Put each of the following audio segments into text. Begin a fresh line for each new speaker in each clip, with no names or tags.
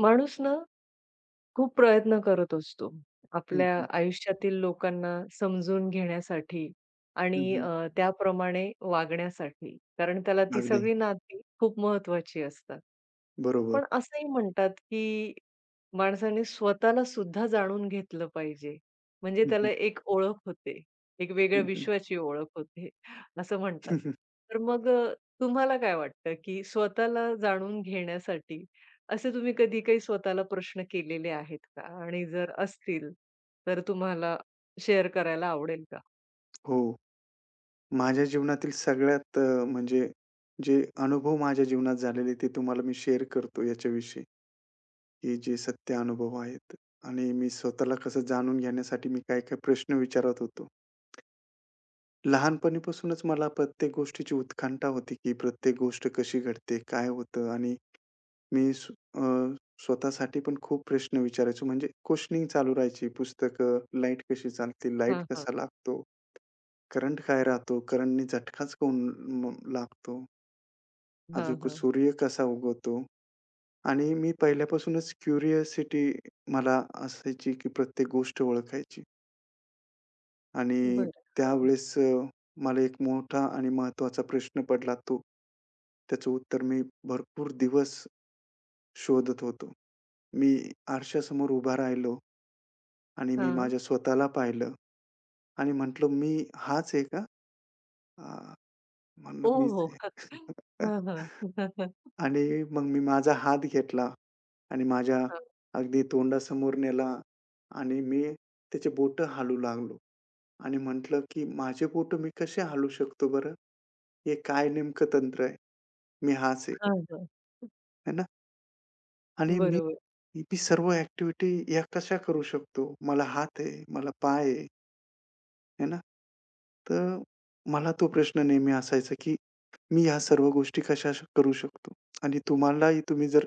माणूस ना खूप प्रयत्न करत असतो
हं,
आपल्या
हं.
आयुष्यातील लोकांना समजून घेण्यासाठी
हं,
आणि
हं.
त्याप्रमाणे वागण्यासाठी. कारण त्याला ती
अगदी
सगळी नाती खूप महत्वाची असतात.
बरोबर.
पण असंही म्हणतात, की माणसाने स्वतःला सुद्धा जाणून घेतलं पाहिजे. म्हणजे
हं,
त्याला
हं.
एक ओळख होते. एक वेगळ्या
हं, हं.
विश्वाची ओळख होते, असं म्हणतात.
हं, हं.
तर मग तुम्हाला काय वाटतं, की स्वतःला जाणून घेण्यासाठी असे तुम्ही कधी काही स्वतःला प्रश्न केलेले आहेत का? आणि जर असतील, तर तुम्हाला शेअर करायला आवडेल का?
हो. माझ्या जीवनातील सगळ्यात म्हणजे जे अनुभव माझ्या जीवनात झालेले ते तुम्हाला मी शेअर करतो याच्याविषयी, की जे सत्य अनुभव आहेत आणि मी स्वतःला कसं जाणून घेण्यासाठी मी काय-काय प्रश्न विचारत होतो. लहानपणीपासूनच मला प्रत्येक गोष्टीची उत्कंठा होती, की प्रत्येक गोष्ट कशी घडते, काय होतं आणि मी स्व अ, स्वतःसाठी पण खूप प्रश्न विचारायचो. म्हणजे क्वेशनिंग चालू राहायची. पुस्तकं, लाईट कशी चालते, लाईट
हां, हां.
कसा लागतो, करंट काय राहतो, करंटनी झटकाच काऊन म लागतो,
हां,
अजून
हां.
सूर्य कसा उगवतो आणि मी पहिल्यापासूनच क्युरिओसिटी मला असायची, की प्रत्येक गोष्ट ओळखायची आणि
बरं. हां.
त्यावेळेस मला एक मोठा आणि महत्त्वाचा प्रश्न पडला तो. त्याचं उत्तर मी भरपूर दिवस शोधत होतो. मी आरशासमोर उभा राहिलो आणि मी
हां.
माझ्या स्वतःला पाहिलं आणि म्हटलं, "मी हाच आहे का?" अ, म्हणलं, "मीच
ओहो!
आहे."
हां, हां. हां,
आणि मग मी माझा हात घेतला आणि माझ्या अगदी तोंडासमोर नेला आणि मी त्याचे बोट हालू लागलो आणि म्हटलं, की "माझे बोटं मी कसे हालू शकतो बरं? हे काय नेमकं तंत्र आहे? मी हाच आहे का?"
हां, हां.
है ना? आणि मी
बरोबर.
मी सर्व ॲक्टिव्हिटी या कशा करू शकतो? मला हात आहे, मला पाय आहे. आहे ना? तर मला तो प्रश्न नेहमी असायचा, की मी ह्या सर्व गोष्टी कशा करू शकतो? आणि तुम्हालाही तुम्ही जर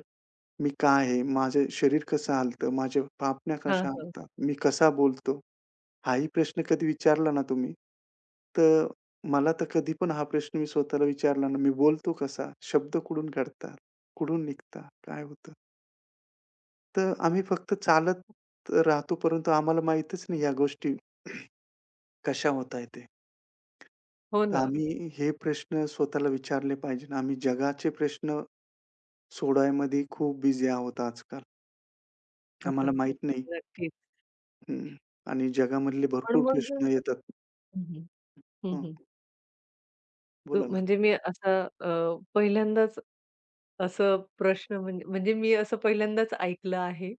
मी काय आहे? माझं शरीर कसं हालतं? माझ्या पापण्या
हां,
कशा
हां.
हालतात? मी कसा बोलतो? हाही प्रश्न कधी विचारला ना तुम्ही, तर मला तर कधी पण हा प्रश्न मी स्वतःला विचारला ना, मी बोलतो कसा? शब्द कुठून घडतात? कुठून निघतात? काय होतं? तर आम्ही फक्त चालत राहतो, परंतु आम्हाला माहीतच नाही ह्या गोष्टी कशा होतायत ते.
हो
तर
ना.
आम्ही हे प्रश्न स्वतःला विचारले पाहिजे. आम्ही जगाचे प्रश्न सोडवायमध्ये खूप बिझी आहोत आजकाल. आम्हाला माहीत नाही
नक्कीच.
हं. आणि जगामधले
पण
भरपूर
मग
प्रश्न येतात.
हं, हं. हं,
हं,
हं.
बोला ना.
म्हणजे मी असा अ, पहिल्यांदाच असं प्रश्न म्हणजे म्हणजे मी असं पहिल्यांदाच ऐकलं आहे,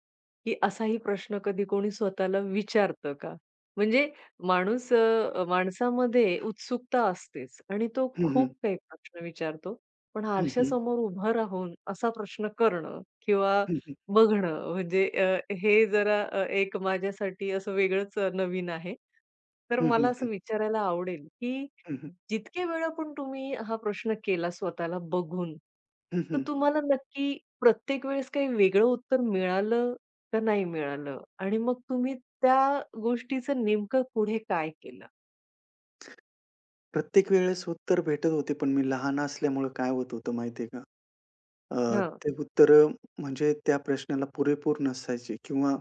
की असाही प्रश्न कधी कोणी स्वतःला विचारतं का? म्हणजे माणूस माणसामध्ये उत्सुकता असतेच आणि तो
हं, हं.
खूप काही प्रश्न विचारतो. पण
हं, हं.
आरशासमोर उभं राहून असा प्रश्न करणं किंवा
हं, हं.
बघणं म्हणजे हे जरा एक माझ्यासाठी असं वेगळंच नवीन आहे. तर
हं, हं,
मला
हं.
असं विचारायला आवडेल, की
हं, हं.
जितके वेळा पण तुम्ही हा प्रश्न केला स्वतःला बघून,
हं,
तर
हं.
तुम्हाला नक्की प्रत्येक वेळेस काही वेगळं उत्तर मिळालं का नाही मिळालं? आणि मग तुम्ही त्या गोष्टीचं नेमकं पुढे काय केलं?
प्रत्येक वेळेस उत्तर भेटत होते, पण मी लहान असल्यामुळं काय होत होतं माहिती आहे का? अ,
हां,
ते उत्तरं म्हणजे त्या प्रश्नाला पुरेपूर नसायचे किंवा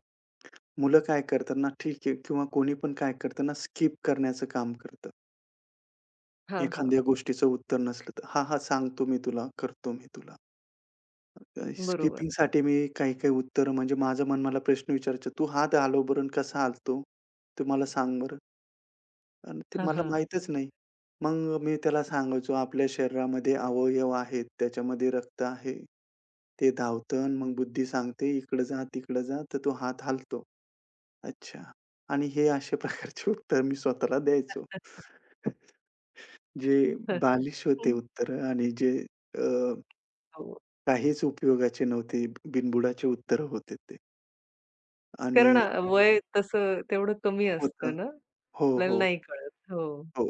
मुलं काय करतात ना, ठीक आहे किंवा कोणी पण काय करतं ना, स्किप करण्याचं काम करतं.
हां, हां.
एखाद्या गोष्टीचं उत्तर नसलं तर, "हां, हां, सांगतो मी तुला, करतो मी तुला."
बरोबर.
स्किपिंगसाठी मी काही-काही उत्तरं म्हणजे माझं मन मला प्रश्न विचारायचा, "तू हात हलवबरण कसा हालतो? तू मला सांग बरं." आणि ते
हां,
मला
हां.
माहीतच नाही. मग मी त्याला सांगायचो, "आपल्या शरीरामध्ये अवयव आहेत, त्याच्यामध्ये रक्त आहे. ते धावतं आणि मग बुद्धी सांगते, इकडं जा, तिकडं जा, तर तो हात हलतो." "अच्छा." आणि हे अशा प्रकारचे उत्तर मी स्वतःला द्यायचो. जे बालिश होते
हं.
उत्तरं आणि जे अ,
हो.
काहीच उपयोगाचे नव्हते, बिनबुडाचे उत्तरं होते ते. आणि
कारण वय तसं तेवढं कमी
होतं.
असतं ना,
हो,
आपल्याला
हो,
नाही कळत. हो.
हो.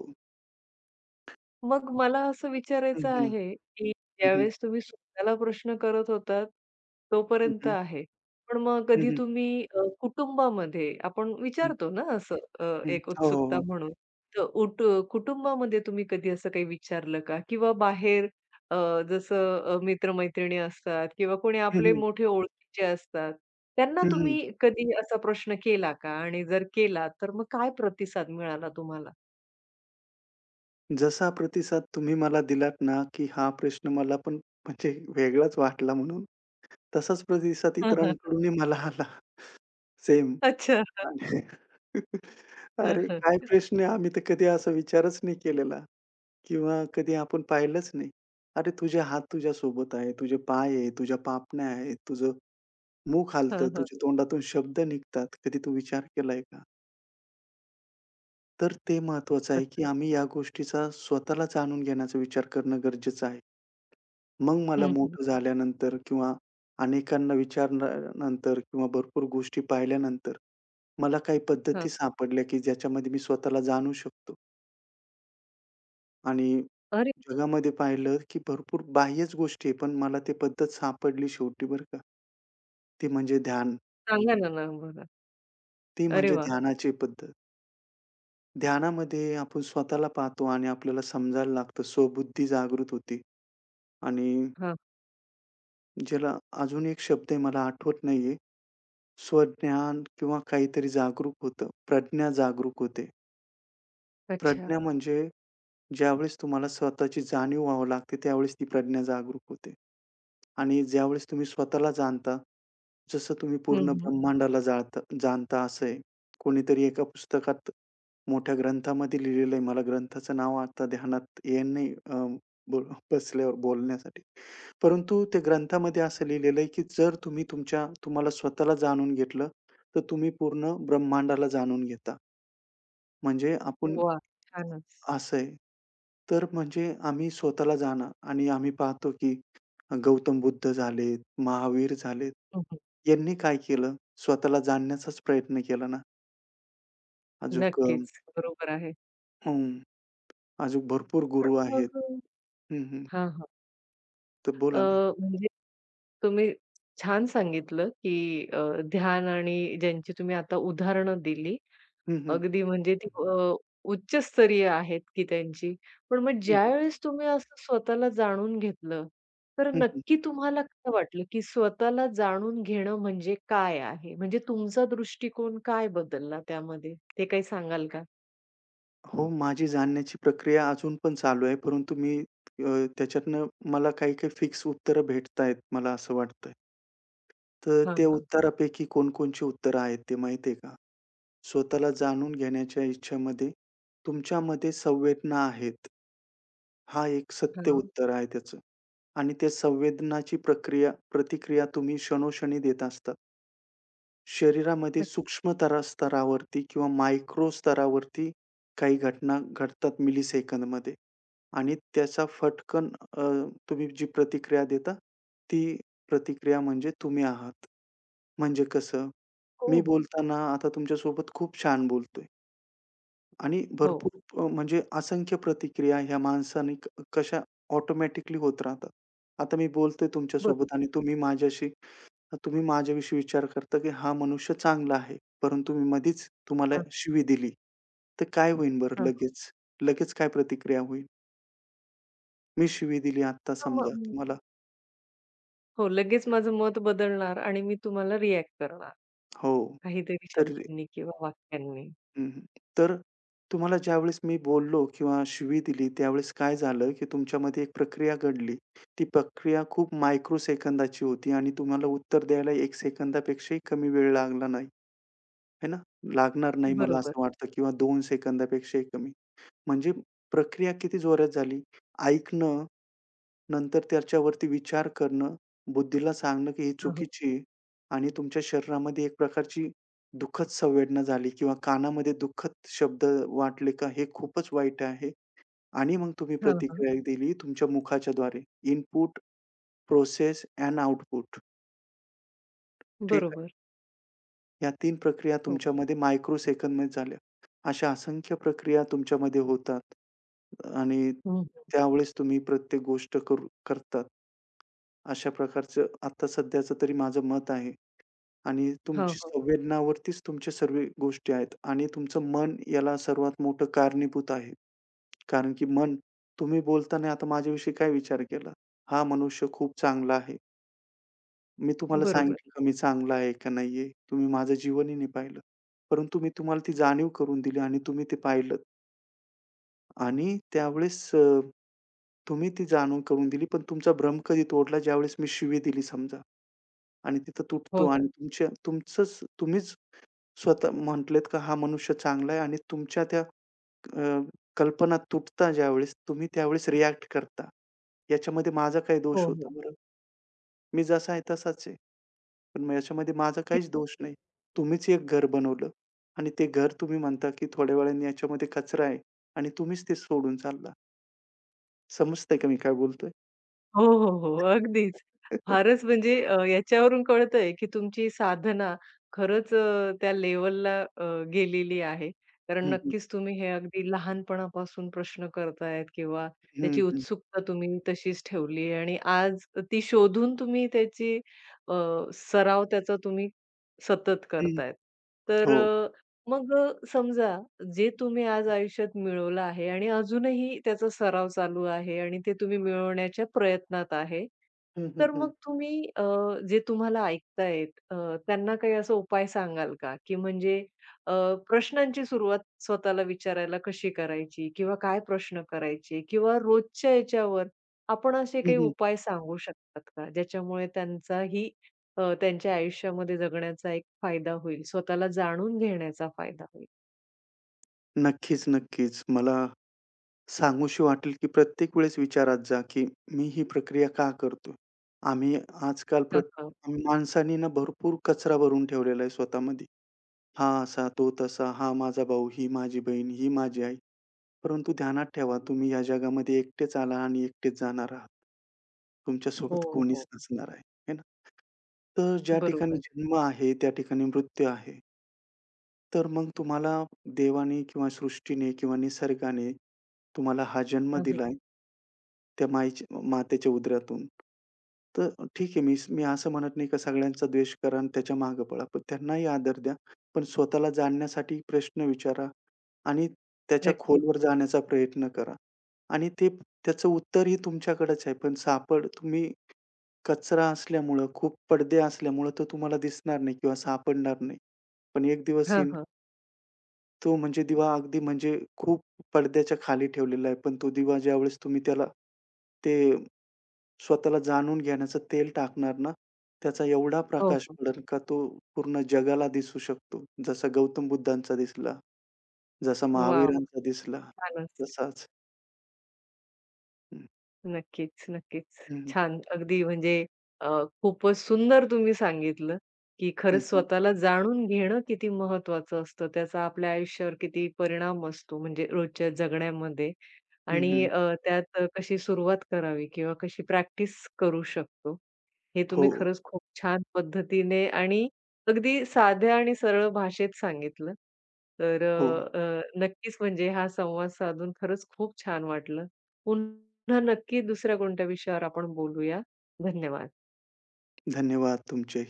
मग मला असं
हं,
विचारायचं
हं.
आहे, की
हं, हं.
ज्यावेळेस तुम्ही स्वतःला प्रश्न करत होतात,
हं,
तोपर्यंत
हं.
आहे. पण मग
हं,
कधी
हं.
तुम्ही कुटुंबामध्ये आपण
हं,
विचारतो ना असं
हं.
एक
हो, हो,
उत्सुकता
हो.
म्हणून. तर कुटुंबामध्ये तुम्ही कधी असं काही विचारलं का? किंवा बाहेर अ, जसं मित्र असतात किंवा कोणी
हं,
आपले
हं.
मोठे ओळखीचे असतात, त्यांना
हं, हं.
तुम्ही कधी असा प्रश्न केला का? आणि जर केला, तर मग काय प्रतिसाद मिळाला तुम्हाला?
जसा प्रतिसाद तुम्ही मला दिलात ना, की हा प्रश्न मला पण म्हणजे वेगळाच वाटला म्हणून, तसाच प्रतिसाद इतरांकडूनही मला आला सेम.
अच्छा.
आणि अरे, काय प्रश्न आहे? आम्ही तर कधी असा विचारच नाही केलेला. किंवा कधी आपण पाहिलंच नाही. अरे, तुझे हात तुझ्यासोबत आहे, तुझे पाय आहे, तुझ्या पापण्या आहेत, तुझं मुख हालतं,
हां, हां.
तुझ्या तोंडातून शब्द निघतात. कधी तू विचार केलाय का? तर ते महत्वाचं आहे, की आम्ही या गोष्टीचा स्वतःला जाणून घेण्याचा विचार करणं गरजेचं आहे. मग मला
हं, हं.
मोठं झाल्यानंतर किंवा अनेकांना विचारल्यानंतर किंवा भरपूर गोष्टी पाहिल्यानंतर मला काही
हां.
पद्धती सापडल्या, की ज्याच्यामध्ये मी स्वतःला जाणू शकतो आणि
अरे
जगामध्ये पाहिलं, की भरपूर बाह्यच गोष्टी आहे, पण मला ते पद्धत सापडली शेवटी बरं का. ती म्हणजे ध्यान.
सांगा ना ना बघा.
ती
अरे
म्हणजे
वाह!
ध्यानाची पद्धत. ध्यानामध्ये आपण स्वतःला पाहतो आणि आपल्याला समजायला लागतं, स्वबुद्धी जागृत होते आणि
हां.
ज्याला अजून एक शब्द आहे मला आठवत नाहीये. स्वज्ञान किंवा काहीतरी जागरूक होतं. प्रज्ञा जागरूक होते.
अच्छा.
प्रज्ञा म्हणजे ज्यावेळेस तुम्हाला स्वतःची जाणीव व्हावं लागते, त्यावेळेस ती प्रज्ञा जागरूक होते. आणि ज्यावेळेस तुम्ही स्वतःला जाणता, जसं तुम्ही
हं,
पूर्ण
हं.
ब्रह्मांडाला जाळता जाणता असं आहे. कोणीतरी एका पुस्तकात मोठ्या ग्रंथामध्ये लिहिलेलं आहे. मला ग्रंथाचं नाव आता ध्यानात येईन नाही, ब बसल्यावर बोलण्यासाठी. परंतु त्या ग्रंथामध्ये असं लिहिलेलं आहे, की जर तुम्ही तुमच्या तुम्हाला स्वतःला जाणून घेतलं, तर तुम्ही पूर्ण ब्रह्मांडाला जाणून घेता. म्हणजे आपण
वाह! छानच.
असं आहे. तर म्हणजे आम्ही स्वतःला जाणं आणि आम्ही पाहतो, की गौतम बुद्ध झालेत, महावीर झालेत.
हं, हं.
यांनी काय केलं? स्वतःला जाणण्याचाच प्रयत्न केला ना. अजूक अ,
नक्कीच. बरोबर आहे.
हं, अजून भरपूर
पण
गुरु आहेत.
मग
हं, हं.
हां, हां.
तर
अ,
बोला ना.
म्हणजे तुम्ही छान सांगितलं, की अ, ध्यान आणि ज्यांची तुम्ही आता उदाहरणं दिली
हं, हं.
अगदी म्हणजे ती उच्चस्तरीय आहेत की त्यांची. पण मग
हं, हं.
ज्यावेळेस तुम्ही असं स्वतःला जाणून घेतलं, तर
हं, हं.
नक्की तुम्हाला काय वाटलं, की स्वतःला जाणून घेणं म्हणजे काय आहे? म्हणजे तुमचा दृष्टिकोन काय बदलला त्यामध्ये? ते काही सांगाल का?
हो, माझी जाणण्याची प्रक्रिया अजून पण चालू आहे. परंतु अ, त्याच्यातनं मला काही-काही फिक्स उत्तरं भेटतायत, मला असं वाटतंय. तर
हां,
त्या
हां.
उत्तरापैकी कोणकोणची उत्तरं आहेत ते माहिती आहे का? स्वतःला जाणून घेण्याच्या इच्छेमध्ये तुमच्यामध्ये संवेदना आहेत. हा एक सत्य
हां.
उत्तर आहे त्याचं. आणि त्या संवेदनाची प्रक्रिया प्रतिक्रिया तुम्ही क्षणोक्षणी देत असता. शरीरामध्ये
अच्छा.
सूक्ष्म तरा स्तरावरती किंवा मायक्रो स्तरावरती काही घटना घडतात मिलिसेकंदमध्ये आणि त्याचा फटकन अ, तुम्ही जी प्रतिक्रिया देता, ती प्रतिक्रिया म्हणजे तुम्ही आहात. म्हणजे कसं?
हो,
मी
हो.
बोलताना आता तुमच्यासोबत खूप छान बोलतोय. आणि
हो.
भरपूर म्हणजे असंख्य प्रतिक्रिया ह्या माणसाने कशा ऑटोमॅटिकली होत राहतात. आता मी बोलतोय तुमच्यासोबत
बरोबर.
आणि तुम्ही माझ्याविषयी विचार करता, की हा मनुष्य चांगला आहे. परंतु मी मधीच तुम्हाला
हां,
शिवी दिली. तर काय होईल बरं
हां.
लगेच? लगेच काय प्रतिक्रिया होईल? मी शिवी दिली आत्ता
हां,
समजा
मग
तुम्हाला
हो, लगेच माझं मत बदलणार आणि मी तुम्हाला रिएक्ट करणार
हो.
काहीतरी
तर
शब्दांनी किंवा वाक्यांनी.
हं, हं. तर तुम्हाला ज्यावेळेस मी बोललो किंवा शिवी दिली, त्यावेळेस काय झालं, की तुमच्यामध्ये एक प्रक्रिया घडली. ती प्रक्रिया खूप मायक्रो सेकंदाची होती आणि तुम्हाला उत्तर द्यायला 1 सेकंदापेक्षाही कमी वेळ लागला नाही, है ना? लागणार नाही मला बरोबर.
बरोबर.
असं वाटतं किंवा 2 सेकंदापेक्षाही कमी. म्हणजे प्रक्रिया किती जोरात झाली? ऐकणं नंतर त्याच्यावरती विचार करणं, बुद्धीला सांगणं, की ही
हां, हां.
चुकीची आहे आणि तुमच्या शरीरामध्ये एक प्रकारची दुःखद संवेदना झाली किंवा कानामध्ये दुःखद शब्द वाटले का, हे खूपच वाईट आहे आणि मग तुम्ही
हां, हां.
प्रतिक्रिया दिली तुमच्या मुखाच्याद्वारे. Input, process and output. ठीक आहे.
बरोबर.
या तीन प्रक्रिया
हो.
तुमच्यामध्ये मायक्रो सेकंदमध्ये झाल्या. अशा असंख्य प्रक्रिया तुमच्यामध्ये होतात आणि
हं, हं.
त्यावेळेस तुम्ही प्रत्येक गोष्ट करू करतात. अशा प्रकारचं आता सध्याचं तरी माझं मत आहे आणि
हो,
तुमची
हो.
संवेदनावरतीच तुमच्या सर्व गोष्टी आहेत आणि तुमचं मन याला सर्वात मोठं कारणीभूत आहे. कारण की मन तुम्ही बोलताना आता माझ्याविषयी काय विचार केला? हा मनुष्य खूप चांगला आहे. मी तुम्हाला
बरोबर.
सांगितलं का मी चांगला आहे का नाहीये? तुम्ही माझं जीवनही नाही पाहिलं. परंतु मी तुम्हाला ती जाणीव करून दिली आणि तुम्ही ते पाहिलंत आणि त्यावेळेस तुम्ही ती जाणीव करून दिली, पण तुमचा भ्रम कधी तोडला ज्यावेळेस मी शिवी दिली समजा आणि तिथं तुटतो
हो
आणि
ना.
तुमच्या तुमचंच तुम्हीच स्वतः म्हटलेत का हा मनुष्य चांगला आहे आणि तुमच्या त्या अ, कल्पना तुटता ज्यावेळेस तुम्ही त्यावेळेस रिएक्ट करता. याच्यामध्ये माझा काय
हो,
दोष
हो.
होता बरं? मी जसा आहे तसाच आहे. पण मग याच्यामध्ये माझा
ते
काहीच दोष नाही. तुम्हीच एक घर बनवलं आणि ते घर तुम्ही म्हणता, की थोड्या वेळाने याच्यामध्ये कचरा आहे आणि तुम्हीच ते सोडून चालला. समजतंय का मी काय बोलतोय?
हो, हो, हो. अगदीच. फारच म्हणजे याच्यावरून कळतंय, की तुमची साधना खरंच त्या लेव्हलला गेलेली आहे. कारण
हं, हं.
नक्कीच तुम्ही हे अगदी लहानपणापासून प्रश्न करतायत किंवा
हं,
त्याची
हं.
उत्सुकता तुम्ही तशीच ठेवली आहे आणि आज ती शोधून तुम्ही त्याची अ, सराव त्याचा तुम्ही सतत
हं.
करतायत. तर
हो.
मग समजा जे तुम्ही आज आयुष्यात मिळवलं आहे आणि अजूनही त्याचा सराव चालू आहे आणि ते तुम्ही मिळवण्याच्या प्रयत्नात आहे.
हं, हं,
तर
हं.
मग तुम्ही जे तुम्हाला ऐकतायेत त्यांना काही असा उपाय सांगाल का? की म्हणजे अ, प्रश्नांची सुरुवात स्वतःला विचारायला कशी करायची? किंवा काय प्रश्न करायचे? किंवा रोजच्या याच्यावर आपण असे
हं,
काही
हं.
उपाय सांगू शकतात का? ज्याच्यामुळे त्यांचाही त्यांच्या आयुष्यामध्ये जगण्याचा एक फायदा होईल, स्वतःला जाणून घेण्याचा फायदा होईल?
नक्कीच, नक्कीच. मला सांगूशी वाटेल, की प्रत्येक वेळेस विचारात जा, की मी ही प्रक्रिया का करतो? आम्ही आजकाल माणसाने ना भरपूर कचरा भरून ठेवलेला आहे स्वतःमध्ये. हा असा, तो तसा, हा माझा भाऊ, ही माझी बहीण, ही माझी आई. परंतु ध्यानात ठेवा, तुम्ही या जगामध्ये एकटेच आला आणि एकटेच जाणार आहात. तुमच्यासोबत
हो,
कोणीच
हो.
नसणार आहे, है ना? तर ज्या ठिकाणी
बरोबर.
जन्म आहे, त्या ठिकाणी मृत्यू आहे. तर मग तुम्हाला देवाने किंवा सृष्टीने किंवा निसर्गाने तुम्हाला हा जन्म
हां, हां.
दिलाय, त्या माईच्या मातेच्या उदरातून. तर ठीक आहे, मी मी असं म्हणत नाही का सगळ्यांचा द्वेष करा आणि त्याच्या मागे पळा. पण त्यांनाही आदर द्या. पण स्वतःला जाणण्यासाठी प्रश्न विचारा आणि त्याच्या
नक्कीच.
खोलवर जाण्याचा प्रयत्न करा. आणि ते त्याचं उत्तरही तुमच्याकडेच आहे. पण सापड तुम्ही कचरा असल्यामुळं, खूप पडदे असल्यामुळं तो तुम्हाला दिसणार नाही किंवा सापडणार नाही. पण एक दिवस ही
हां, हां.
तो म्हणजे दिवा अगदी म्हणजे खूप पडद्याच्या खाली ठेवलेला आहे. पण तो दिवा ज्यावेळेस तुम्ही त्याला ते स्वतःला जाणून घेण्याचं तेल टाकणार ना, त्याचा एवढा
हो,
प्रकाश
हो.
पडेल का तो पूर्ण जगाला दिसू शकतो. जसा गौतम बुद्धांचा दिसला, जसा
वाह! वाह!
महावीरांचा दिसला,
छानच.
तसाच. हं,
नक्कीच, नक्कीच.
हं,
छान. अगदी म्हणजे अ, खूपच सुंदर तुम्ही सांगितलं, की
हं,
खरंच
हं,
स्वतःला जाणून घेणं किती महत्वाचं असतं. त्याचा आपल्या आयुष्यावर किती परिणाम असतो म्हणजे रोजच्या जगण्यामध्ये
हं,
आणि
हं.
त्यात कशी सुरुवात करावी किंवा कशी प्रॅक्टिस करू शकतो. हे
हो,
तुम्ही खरंच खूप छान पद्धतीने आणि अगदी साध्या आणि सरळ भाषेत सांगितलं. तर
हो.
अ, अ, नक्कीच म्हणजे हा संवाद साधून खरंच खूप छान वाटलं. पुन्हा नक्की दुसऱ्या कोणत्या विषयावर आपण बोलूया. धन्यवाद.
धन्यवाद तुमचे.